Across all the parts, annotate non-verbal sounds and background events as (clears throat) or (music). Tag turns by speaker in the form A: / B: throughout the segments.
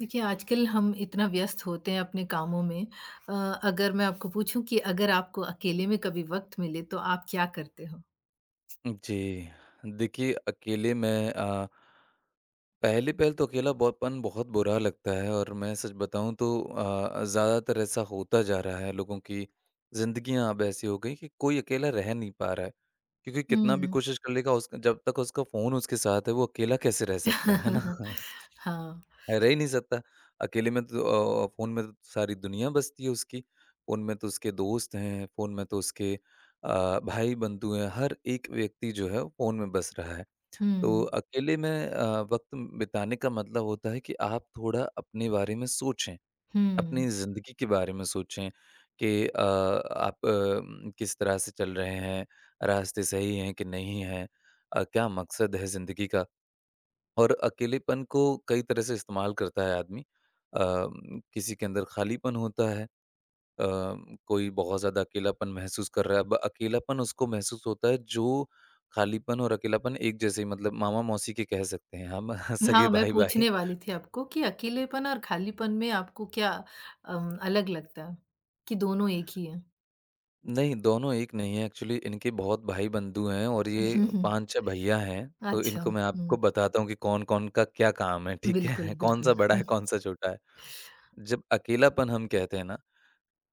A: देखिए, आजकल हम इतना व्यस्त होते हैं अपने कामों में। अ, अगर मैं आपको पूछूँ कि अगर आपको अकेले में कभी वक़्त मिले तो आप क्या करते हो?
B: जी, देखिए अकेले मैं पहली पहल तो अकेलापन बहुत बुरा लगता है और मैं सच बताऊँ तो ज़्यादातर ऐसा होता जा रहा है, लोगों की ज़िंदगियाँ अब ऐसी हो गई कि कोई अकेला रह नहीं पा रहा है। क्योंकि कितना भी
A: हुँ।
B: कोशिश कर लेगा उसका जब तक उसका फ़ोन उसके साथ है, वो अकेला कैसे रह सकता है ना?
A: (laughs) हाँ।
B: है, रह ही नहीं सकता। अकेले में तो फ़ोन में तो सारी दुनिया बसती है उसकी। फ़ोन में तो उसके दोस्त हैं, फ़ोन में तो उसके भाई-बंधु हैं, हर एक व्यक्ति जो है फ़ोन में बस रहा है। तो
A: हुँ,
B: अकेले में वक़्त बिताने का मतलब होता है कि आप थोड़ा अपने बारे में सोचें,
A: हुँ।
B: अपनी ज़िंदगी के बारे में सोचें कि आप किस तरह से चल रहे हैं, रास्ते सही हैं कि नहीं हैं? क्या मकसद है ज़िंदगी का? और अकेलेपन को कई तरह से इस्तेमाल करता है आदमी। किसी के अंदर खालीपन होता है, अ, कोई बहुत ज़्यादा अकेलापन महसूस कर रहा है। अब अकेलापन उसको महसूस होता है जो खालीपन और अकेलापन एक जैसे ही मतलब मामा-मौसी के कह सकते हैं हम (laughs)
A: हाँ,
B: सगे
A: मैं
B: भाई-भाई।
A: पूछने वाली थी आपको कि अकेलेपन और खालीपन में आपको क्या अलग लगता है? कि दोनों एक ही हैं?
B: नहीं, दोनों एक नहीं है एक्चुअली इनके बहुत भाई-बंधु हैं और ये
A: (laughs)
B: 5-6 भैया हैं, तो
A: अच्छा।
B: इनको मैं
A: हुँ।
B: आपको बताता हूँ कि कौन-कौन का क्या काम है, ठीक
A: बिल्कुल,
B: है? (laughs)
A: बिल्कुल।
B: कौन-सा बड़ा है, कौन-सा छोटा है। जब अकेलापन हम कहते हैं ना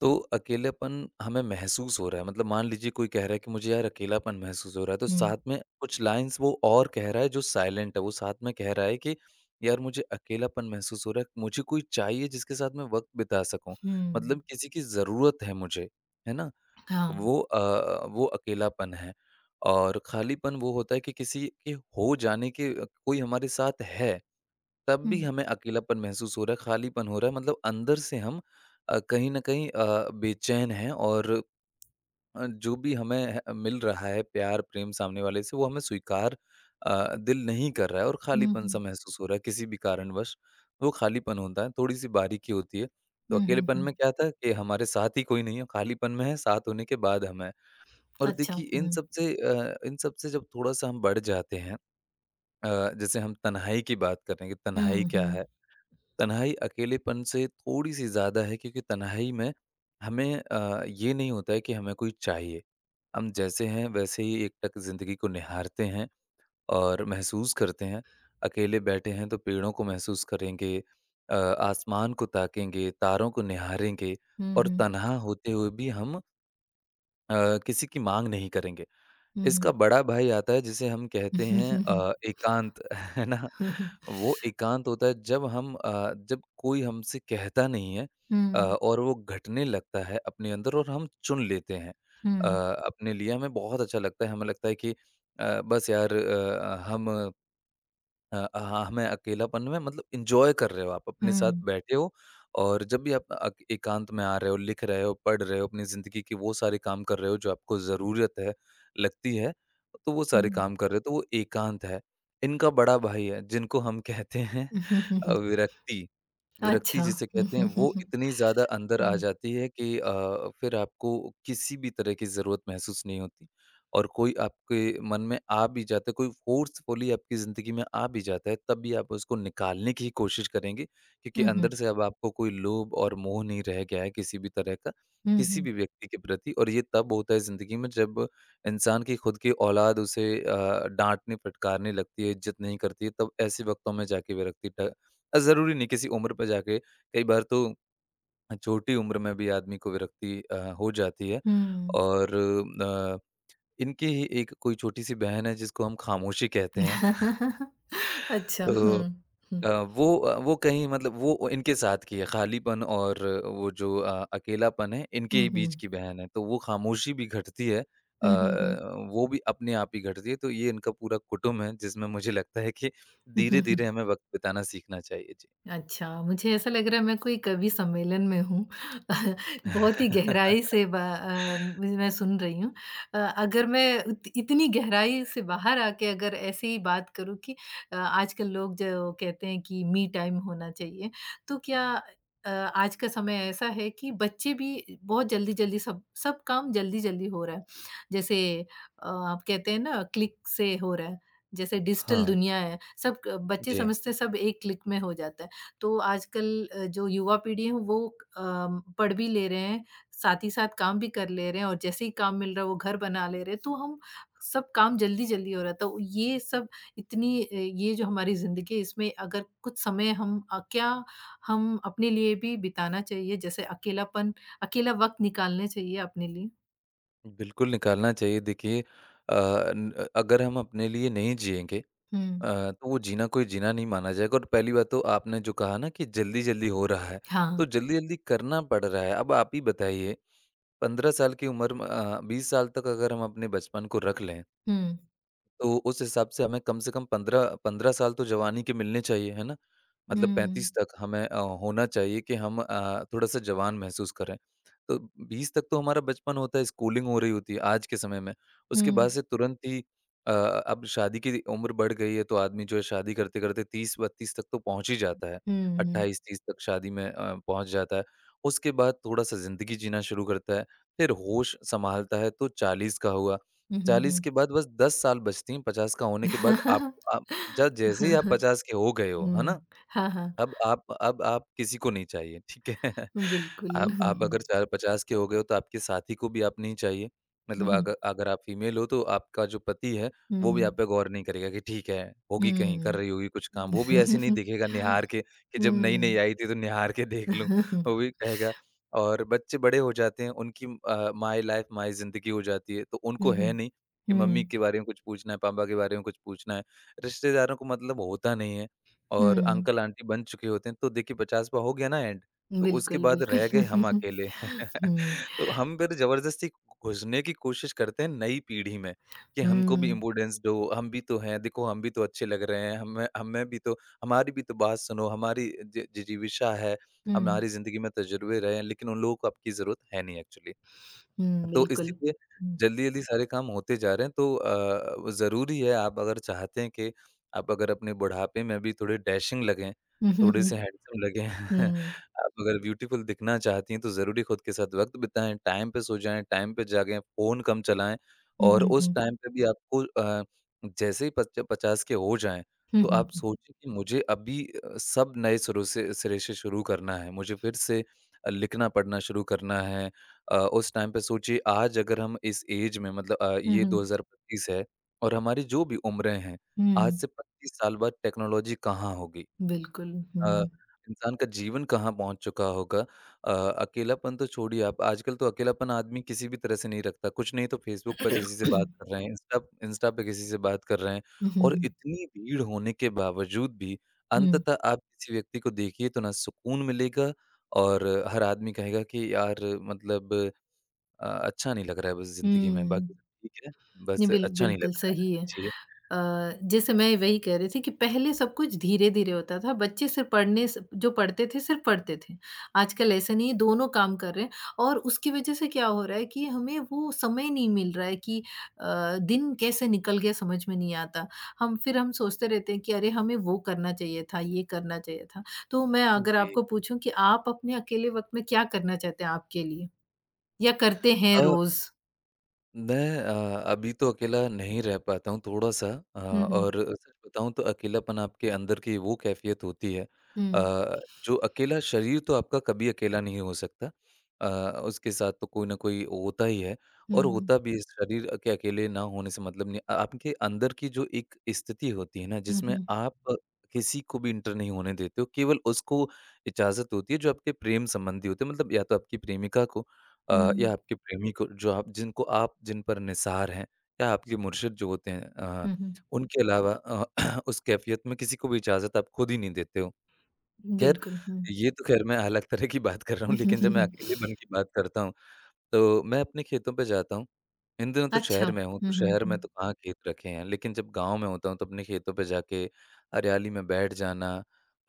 B: तो अकेलापन हमें महसूस हो रहा है मतलब मान लीजिए कोई कह रहा है कि मुझे यार अकेलापन महसूस हो रहा है तो
A: हुँ,
B: साथ में कुछ लाइंस वो और कह रहा है जो साइलेंट है वो साथ में कह रहा है कि यार मुझे अकेलापन महसूस हो रहा है मुझे कोई चाहिए जिसके साथ मैं वक्त बिता सकूं
A: हुँ।
B: मतलब किसी की ज़रूरत है मुझे है ना
A: हाँ।
B: वो अकेलापन है और खालीपन वो होता है कि किसी के हो जाने के कोई हमारे साथ है तब
A: हुँ।
B: भी हमें अकेलापन महसूस हो रहा है, खालीपन हो रहा है मतलब अंदर से हम कहीं न कहीं बेचैन हैं और जो भी हमें ह मिल रहा है प्यार, प्रेम सामने वाले से वो हमें स्वीकार दिल नहीं कर रहा है और
A: हुँ, हुँ।
B: खालीपन-सा महसूस हो रहा है किसी भी कारणवश, वो खालीपन होता है, थोड़ी-सी बारीकी होती है। तो
A: हुँ, हुँ,
B: अकेलेपन
A: हुँ।
B: में क्या था कि हमारे साथ ही कोई नहीं है, खालीपन में है, साथ होने के बाद हम हैं। और
A: अच्छा।
B: देखिए इन
A: हुँ।
B: सब से अ, इन सब से जब थोड़ा-सा हम बढ़ जाते हैं जैसे हम तन्हाई की बात करें कि तन्हाई
A: हुँ,
B: क्या है?
A: हुँ।
B: तन्हाई अकेलेपन से थोड़ी-सी ज़्यादा है क्योंकि तन्हाई में हमें ये नहीं होता है कि हमें कोई चाहिए। हम जैसे हैं वैसे ही एकटक ज़िंदगी को निहारते हैं और महसूस करते हैं। अकेले बैठे हैं तो पेड़ों को महसूस करेंगे, आसमान को ताकेंगे, तारों को निहारेंगे
A: हुँ,
B: और
A: हुँ।
B: तन्हा होते हुए भी हम अ, किसी की माँग नहीं करेंगे। इसका
A: Mhm.
B: बड़ा भाई आता है जिसे हम कहते हैं एकांत (laughs) है ना?
A: हुँ,
B: वो एकांत होता है जब कोई हमसे कहता नहीं है और वो घटने लगता है अपने अंदर और हम चुन लेते हैं।
A: हुँ,
B: अ, अपने लिए हमें बहुत अच्छा लगता है, हमें लगता है कि बस यार हम हाँ, हमें अकेलापन में मतलब एन्जॉय कर रहे हो आप, अपने साथ
A: हुँ,
B: बैठे हो और जब भी आप अक एकांत में आ रहे हो, लिख रहे हो, पढ़ रहे हो, अपनी ज़िंदगी के वो सारे काम कर रहे हो जो आपको ज़रूरत है, लगती है, तो वो सारे
A: हुँ।
B: काम कर रहे हो, तो वो एकांत है। इनका बड़ा भाई है, जिनको हम कहते हैं (laughs) विरक्ति। विरक्ति
A: अच्छा।
B: जिसे
A: हुँ,
B: कहते हैं, वो
A: हुँ,
B: इतनी ज़्यादा अंदर आ जाती है कि फिर आपको किसी भी तरह की ज़रूरत महसूस नहीं होती और कोई आपके मन में आ भी जाता है, कोई फ़ोर्सफुली आपकी ज़िंदगी में आ भी जाता है, तब भी आप उसको निकालने की ही कोशिश करेंगे क्योंकि
A: हुँ,
B: अंदर से अब आपको कोई लोभ और मोह नहीं रह गया है किसी भी तरह का, किसी
A: हुँ,
B: भी व्यक्ति के प्रति और ये तब होता है ज़िंदगी में जब इंसान की खुद की औलाद उसे डाँटने, फटकारने लगती है, इज़्ज़त नहीं करती है, तब ऐसे वक़्तों में जाके विरक्ति ज़रूरी नहीं किसी उम्र पे जाके कई बार तो छोटी उम्र में भी आदमी को विरक्ति हो जाती है
A: हुँ।
B: और अ, इनकी ही एक कोई छोटी-सी बहन है जिसको हम खामोशी कहते हैं (laughs)
A: (laughs) अच्छा, हुँ,
B: तो
A: हुँ,
B: अ, वो कहीं मतलब वो इनके साथ की है, खालीपन और वो जो अकेलापन है, इनके
A: हुँ,
B: ही बीच
A: हुँ,
B: की बहन है, तो वो खामोशी भी घटती है। अ,
A: हुँ, हुँ, हुँ,
B: वो भी अपने आप ही घटती है, तो ये इनका पूरा कुटुम्ब है जिसमें मुझे लगता है कि
A: हुँ, हुँ।
B: धीरे-धीरे हमें वक़्त बिताना सीखना चाहिए। जी।
A: अच्छा, मुझे ऐसा लग रहा है मैं कोई कवि सम्मेलन में हूँ। (laughs) बहुत ही गहराई
B: (laughs)
A: से ब अ, म मैं सुन रही हूँ। अगर मैं उत इतनी गहराई से बाहर आके अगर ऐसे ही बात करूँ कि आजकल लोग जो कहते हैं कि मी टाइम होना चाहिए, तो क्या आज का समय ऐसा है कि बच्चे भी बहुत जल्दी-जल्दी सब सब काम जल्दी-जल्दी हो रहा है। जैसे आप कहते हैं ना क्लिक से हो रहा है, जैसे डिजिटल
B: हाँ,
A: दुनिया है, सब क बच्चे
B: जी।
A: समझते हैं सब एक क्लिक में हो जाता है। तो आजकल जो युवा पीढ़ी है वो पढ़ भी ले रहे हैं, साथ ही साथ काम भी कर ले रहे हैं और जैसे ही काम मिल रहा है वो घर बना ले रहे हैं, तो हम सब काम जल्दी-जल्दी हो रहा था। तो ये सब इतनी ये जो हमारी ज़िंदगी है इसमें अगर कुछ समय क्या हम अपने लिए भी बिताना चाहिए, जैसे अकेला वक़्त निकालने चाहिए अपने लिए।
B: बिल्कुल निकालना चाहिए देखिए अगर हम अपने लिए नहीं जिएंगे
A: हुँ।
B: तो वो जीना कोई जीना नहीं माना जाएगा और पहली बात तो आपने जो कहा ना कि जल्दी जल्दी हो रहा है
A: हाँ।
B: तो जल्दी जल्दी करना पड़ रहा है अब आप ही बताइए 15 साल की उम्र में 20 साल तक अगर हम अपने बचपन को रख लें
A: हुँ।
B: तो उस हिसाब से हमें कम से कम 15 15 साल तो जवानी के मिलने चाहिए, है ना? मतलब
A: हुँ।
B: 35 तक हमें होना चाहिए कि हम थोड़ा-सा जवान महसूस करें। तो 20 तक तो हमारा बचपन होता है, स्कूलिंग हो रही होती है आज के समय में। उसके बाद
A: हुँ।
B: से तुरंत ही अब शादी की उम्र बढ़ गई है, तो आदमी जो है शादी करते-करते 30-32 तक तो पहुँच ही जाता है।
A: हुँ, हुँ।
B: 28-30 तक शादी में पहुँच जाता है। उसके बाद थोड़ा-सा ज़िंदगी जीना शुरू करता है, फिर होश सँभालता है तो 40 का हुआ।
A: हुँ, हुँ, हुँ।
B: 40
A: हुँ,
B: के बाद बस 10 साल बचती हैं, 50 का होने के
A: हुँ।
B: बाद
A: हुँ। (laughs)
B: आप ज जैसे ही आप 50 के हो गए हो, है ना?
A: हाँ, हाँ।
B: अब आप किसी को नहीं चाहिए, ठीक है? (laughs) आप अगर
A: बिल्कुल।
B: 4-50 के हो गए हो तो आपके साथी को भी आप नहीं चाहिए।
A: हुँ,
B: मतलब
A: हुँ।
B: अगर अगर आप फीमेल हो तो आपका जो पति है,
A: हुँ,
B: वो भी
A: हुँ।
B: आप पे गौर नहीं करेगा कि ठीक है,
A: हुँ,
B: होगी कहीं, कर
A: हुँ।
B: रही होगी कुछ काम। वो भी ऐसे नहीं देखेगा निहार के कि जब नई-नई
A: हुँ।
B: आई थी तो निहार के देख लूँ, वो भी कहेगा और बच्चे बड़े हो जाते हैं, उनकी माय लाइफ माय ज़िंदगी हो जाती है, तो
A: हुँ,
B: उनको है
A: हुँ।
B: नहीं कि मम्मी
A: हुँ,
B: के बारे में कुछ पूछना है, पापा के बारे में कुछ पूछना है। रिश्तेदारों को मतलब होता नहीं है। और
A: हुँ।
B: अंकल-आंटी बन चुके होते हैं, तो देखिए 50वाँ हो गया ना एंड, तो उसके
A: बिल्कुल,
B: बाद रह गए हम
A: बिल्कुल।
B: अकेले। (laughs)
A: हुँ,
B: तो हम फिर ज़बरदस्ती घुसने की कोशिश करते हैं नई पीढ़ी में, कि हमको भी
A: हुँ,
B: इम्पोर्टेंस दो, हम भी तो हैं, देखो हम भी तो अच्छे लग रहे हैं, हमें हमें भी तो हमारी भी तो बात सुनो, हमारी जि जिजीविषा है,
A: हुँ,
B: हमारी ज़िंदगी में तजुर्बे रहे हैं, लेकिन उन लोगों को आपकी ज़रूरत है नहीं एक्चुअली।
A: हुँ,
B: तो
A: बिल्कुल।
B: इसीलिए
A: हुँ।
B: जल्दी-जल्दी सारे काम होते जा रहे हैं, तो ज़रूरी है आप अगर चाहते हैं कि आप अगर अपने बुढ़ापे में भी थोड़े डैशिंग लगें,
A: हुँ, हुँ, हुँ।
B: थोड़े-से हैंडसम लगें, (laughs)
A: हुँ।
B: आप अगर ब्यूटीफुल दिखना चाहती हैं, तो ज़रूरी खुद के साथ वक़्त बिताएँ, टाइम पे सो जाएँ, टाइम पे जागें, फ़ोन कम चलाएँ
A: हुँ,
B: और
A: हुँ,
B: उस
A: हुँ।
B: टाइम पे भी आपको जैसे ही पच 50 के हो जाएँ,
A: हुँ,
B: तो
A: हुँ,
B: आप
A: हुँ।
B: सोचें कि मुझे अभी सब नए सिरों से सिरे से शुरू करना है, मुझे फिर से लिखना-पढ़ना शुरू करना है उस टाइम पे सोचिए आज अगर हम इस ऐज में मतलब
A: हुँ,
B: ये
A: हुँ।
B: 2025 है और हमारी जो भी उम्रें हैं, आज
A: हुँ,
B: से 25 साल बाद टेक्नोलॉजी कहाँ होगी?
A: बिल्कुल। हुँ।
B: अ, इंसान का जीवन कहाँ पहुँच चुका होगा? अ, अकेलापन तो छोड़िए आप, आजकल तो अकेलापन आदमी किसी भी तरह से नहीं रखता। कुछ नहीं तो फ़ेसबुक पे किसी से बात कर रहे हैं, इंस्टा इंस्टा पे किसी से बात कर रहे हैं
A: हुँ, हुँ,
B: और
A: हुँ।
B: इतनी भीड़ होने के बावजूद भी
A: हुँ,
B: अंततः आप किसी व्यक्ति को देखिए तो ना सुकून मिलेगा और हर आदमी कहेगा कि यार मतलब अच्छा नहीं लग रहा है बस ज़िंदगी में, बाकी
A: हुँ।
B: सब ठीक है,
A: नहीं,
B: बस अच्छा नहीं लग
A: बिल्कुल
B: रहा है।
A: सही है।
B: जी।
A: अ, जैसे मैं वही कह रही थी कि पहले सब कुछ धीरे-धीरे होता था। बच्चे सिर्फ़ पढ़ने स जो पढ़ते थे, सिर्फ़ पढ़ते थे। आजकल ऐसा नहीं है, दोनों काम कर रहे हैं और उसकी वज़ह से क्या हो रहा है कि हमें वो समय नहीं मिल रहा है कि अ, दिन कैसे निकल गया समझ में नहीं आता। हम सोचते रहते हैं कि अरे! हमें वो करना चाहिए था, ये करना चाहिए था। तो मैं अगर
B: जी।
A: आपको पूछूँ कि आप अपने अकेले वक़्त में क्या करना चाहते हैं आपके लिए? या करते हैं
B: अ
A: रोज़?
B: मैं अभी तो अकेला नहीं रह पाता हूँ थोड़ा-सा।
A: हुँ, हुँ।
B: और सच बताऊँ तो अकेलापन आपके अंदर की वो कैफ़ियत होती है।
A: हुँ,
B: अ, जो अकेला शरीर तो आपका कभी अकेला नहीं हो सकता। उसके साथ तो कोई न कोई होता ही है और
A: हुँ,
B: होता भी है। शरीर के अकेले ना होने से मतलब नहीं। आपके अंदर की जो एक स्थिति होती है ना
A: हुँ, हुँ,
B: जिसमें
A: हुँ,
B: आप किसी को भी इंटर नहीं होने देते हो, केवल उसको इजाज़त होती है जो आपके प्रेम संबंधी होते हैं। मतलब या तो आपकी प्रेमिका को, या
A: हुँ,
B: आपके प्रेमी को जो आप जिनको आप जिन पर निसार हैं, या आपके मुर्शिद जो होते हैं,
A: हुँ, हुँ।
B: उनके अलावा (clears throat) उस कैफ़ियत में किसी को भी इजाज़त आप खुद ही नहीं देते हो। ख़ैर,
A: बिल्कुल, हुँ।
B: ये तो ख़ैर मैं अलग तरह की बात कर रहा हूँ लेकिन जब मैं
A: (laughs)
B: अकेलेपन की बात करता हूँ, तो मैं अपने खेतों पे जाता हूँ। इन दिनों तो
A: अच्छा।
B: शहर में हूँ, तो
A: हुँ, हुँ,
B: शहर
A: हुँ।
B: में तो कहाँ खेत रखे हैं, लेकिन जब गाँव में होता हूँ, तो अपने खेतों पे जाके हरियाली में बैठ जाना,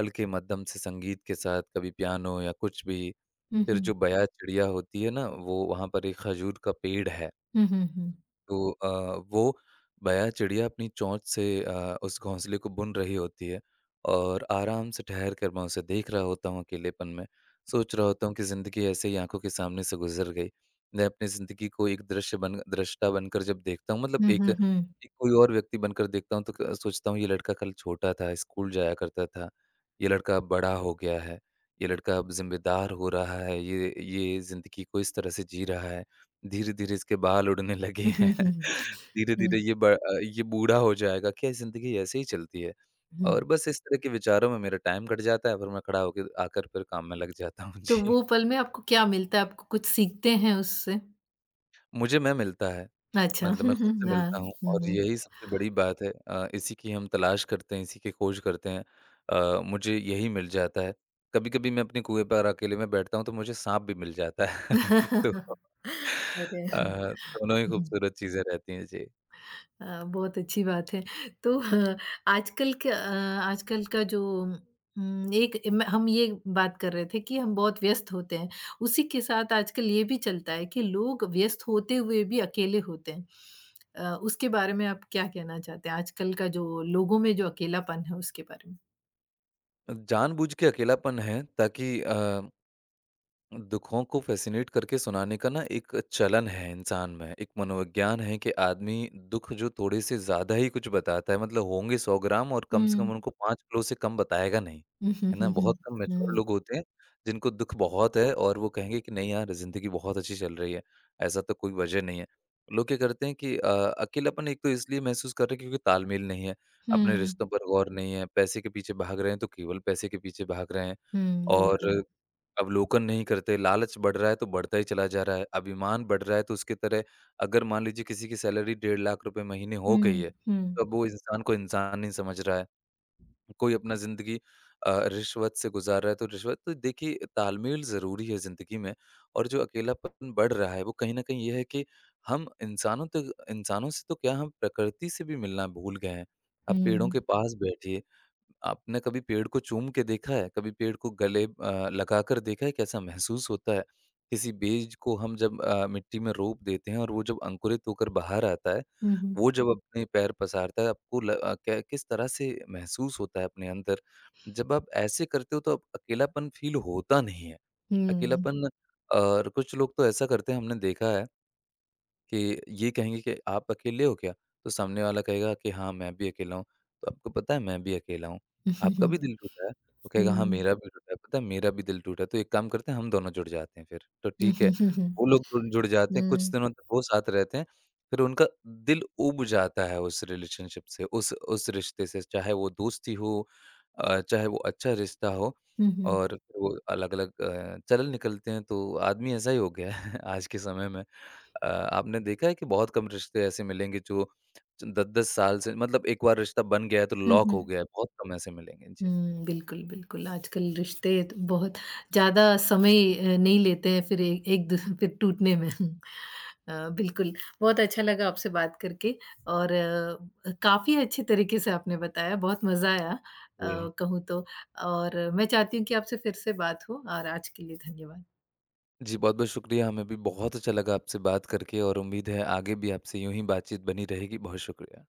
B: हल्के मध्यम से संगीत के साथ, कभी पियानो या कुछ भी।
A: हुँ,
B: फिर
A: हुँ।
B: जो बया चिड़िया होती है ना, वो वहाँ पर एक खजूर का पेड़ है।
A: हुँ, हुँ, हुँ।
B: तो वो बया चिड़िया अपनी चोंच से उस घोंसले को बुन रही होती है और आराम से ठहर कर मैं उसे देख रहा होता हूँ अकेलेपन में। सोच रहा होता हूँ कि ज़िंदगी ऐसे ही आँखों के सामने से गुज़र गई। मैं अपनी ज़िंदगी को एक दृश्य बन दृष्टा बनकर जब देखता हूँ मतलब
A: हुँ,
B: एक
A: हुँ, हुँ।
B: एक कोई और व्यक्ति बनकर देखता हूँ तो क सोचता हूँ ये लड़का कल छोटा था, स्कूल जाया करता था। ये लड़का अब बड़ा हो गया है। ये लड़का अब ज़िम्मेदार हो रहा है। ये ज़िंदगी को इस तरह से जी रहा है। धीरे-धीरे इसके बाल उड़ने लगे
A: हुँ,
B: हैं।
A: हुँ।
B: (laughs) धीरे-धीरे
A: हुँ,
B: ये बूढ़ा हो जाएगा, क्या ज़िंदगी ऐसे ही चलती है?
A: हुँ।
B: और बस इस तरह के विचारों में मेरा टाइम कट जाता है, फिर मैं खड़ा होके आकर फिर काम में लग जाता हूँ। (laughs)
A: तो
B: जी।
A: वो पल में आपको क्या मिलता है? आपको कुछ सीखते हैं उससे?
B: मुझे मैं मिलता है,
A: अच्छा। (laughs)
B: मतलब
A: हुँ,
B: मैं खुद
A: हुँ।
B: से
A: हाँ।
B: मिलता हूँ
A: हुँ,
B: और
A: हुँ।
B: यही सबसे बड़ी बात है। इसी की हम तलाश करते हैं, इसी की खोज करते हैं। मुझे यही मिल जाता है। कभी-कभी मैं अपने कुएँ पर अकेले में बैठता हूँ, तो मुझे साँप भी मिल जाता है। (laughs) तो
A: (laughs) अरे!
B: अ, दोनों ही
A: हुँ, हुँ।
B: खूबसूरत चीज़ें रहती हैं। जी।
A: बहुत अच्छी बात है। तो आजकल का जो एक म हम ये बात कर रहे थे कि हम बहुत व्यस्त होते हैं। उसी के साथ आजकल ये भी चलता है कि लोग व्यस्त होते हुए भी अकेले होते हैं। उसके बारे में आप क्या कहना चाहते हैं? आजकल का जो लोगों में जो अकेलापन है उसके बारे में?
B: जानबूझ के अकेलापन है ताकि दुखों को फ़ैसिनेट करके सुनाने का ना एक चलन है इंसान में, एक मनोविज्ञान है कि आदमी दुख जो थोड़े से ज़्यादा ही कुछ बताता है मतलब होंगे 100 ग्राम और कम से कम
A: हुँ।
B: उनको 5 किलो से कम बताएगा नहीं,
A: हुँ, हुँ,
B: है ना?
A: हुँ, हुँ।
B: बहुत कम मैच्योर
A: हुँ।
B: लोग होते हैं जिनको दुख बहुत है और वो कहेंगे कि नहीं यार ज़िंदगी बहुत अच्छी चल रही है, ऐसा तो कोई वजह नहीं है। लोग क्या करते हैं कि अकेलापन एक तो इसलिए महसूस कर रहे हैं क्योंकि तालमेल नहीं है, अपने
A: हुँ,
B: रिश्तों पर गौर नहीं है, पैसे के पीछे भाग रहे हैं तो केवल पैसे के पीछे भाग रहे हैं
A: हुँ, बिल्कुल।
B: और अवलोकन नहीं करते, लालच बढ़ रहा है तो बढ़ता ही चला जा रहा है, अभिमान बढ़ रहा है तो उसकी तरह अगर मान लीजिए किसी की सैलरी ₹1.5 लाख रुपए महीने हो गई
A: हुँ,
B: है,
A: हुँ,
B: तब वो इंसान को इंसान नहीं समझ रहा है। कोई अपना ज़िंदगी रिश्वत से गुज़ार रहा है तो रिश्वत तो देखिए तालमेल ज़रूरी है ज़िंदगी में और जो अकेलापन बढ़ रहा है वो कहीं न कहीं ये है कि हम इंसानों तक इंसानों से तो क्या हम प्रकृति से भी मिलना भूल गए हैं। आप पेड़ों के
A: हुँ।
B: पास बैठिए, आपने कभी पेड़ को चूम के देखा है? कभी पेड़ को गले लगाकर देखा है कैसा महसूस होता है? किसी बीज को हम जब मिट्टी में रोप देते हैं और वो जब अंकुरित होकर बाहर आता है,
A: हुँ, हुँ।
B: वो जब अपने पैर पसारता है आपको ल अ, कै किस तरह से महसूस होता है अपने अंदर? जब आप ऐसे करते हो तो आप अकेलापन फ़ील होता नहीं है।
A: हुँ।
B: अकेलापन और कुछ लोग तो ऐसा करते हैं हमने देखा है कि ये कहेंगे कि आप अकेले हो क्या? तो सामने वाला कहेगा कि हाँ, मैं भी अकेला हूँ। तो आपको पता है मैं भी अकेला हूँ।
A: हुँ, हुँ,
B: आपका
A: हुँ।
B: भी दिल टूटा है? वो कहेगा हाँ, मेरा भी टूटा है। पता है मेरा भी दिल टूटा है। तो एक काम करते हैं हम दोनों जुड़ जाते हैं फिर। तो ठीक है,
A: हुँ।
B: वो लोग जुड़ जुड़ जाते हैं, कुछ
A: हुँ।
B: दिनों तक वो साथ रहते हैं, फिर उनका दिल ऊब जाता है उस रिलेशनशिप से, उस रिश्ते से, चाहे वो दोस्ती हो, चाहे वो अच्छा रिश्ता हो
A: हुँ, हुँ।
B: और फिर वो अलग-अलग चल निकलते हैं। तो आदमी ऐसा ही हो गया है (laughs) आज के समय में। आपने देखा है कि बहुत कम रिश्ते ऐसे मिलेंगे जो 10-10 साल से मतलब एक बार रिश्ता बन गया है तो
A: हुँ,
B: लॉक
A: हुँ।
B: हो गया है, बहुत कम ऐसे मिलेंगे। जी।
A: हुँ, बिल्कुल, बिल्कुल। आजकल रिश्ते तो बहुत ज़्यादा समय नहीं लेते हैं फिर ए एक दूस (laughs) फिर टूटने में। बिल्कुल, बहुत अच्छा लगा आपसे बात करके और काफ़ी अच्छे तरीके से आपने बताया, बहुत मज़ा आया
B: जी।
A: कहूँ तो, और मैं चाहती हूँ कि आपसे फिर से बात हो और आज के लिए धन्यवाद।
B: जी, बहुत-बहुत शुक्रिया, हमें भी बहुत अच्छा लगा आपसे बात करके और उम्मीद है आगे भी आपसे यूँ ही बातचीत बनी रहेगी। बहुत शुक्रिया।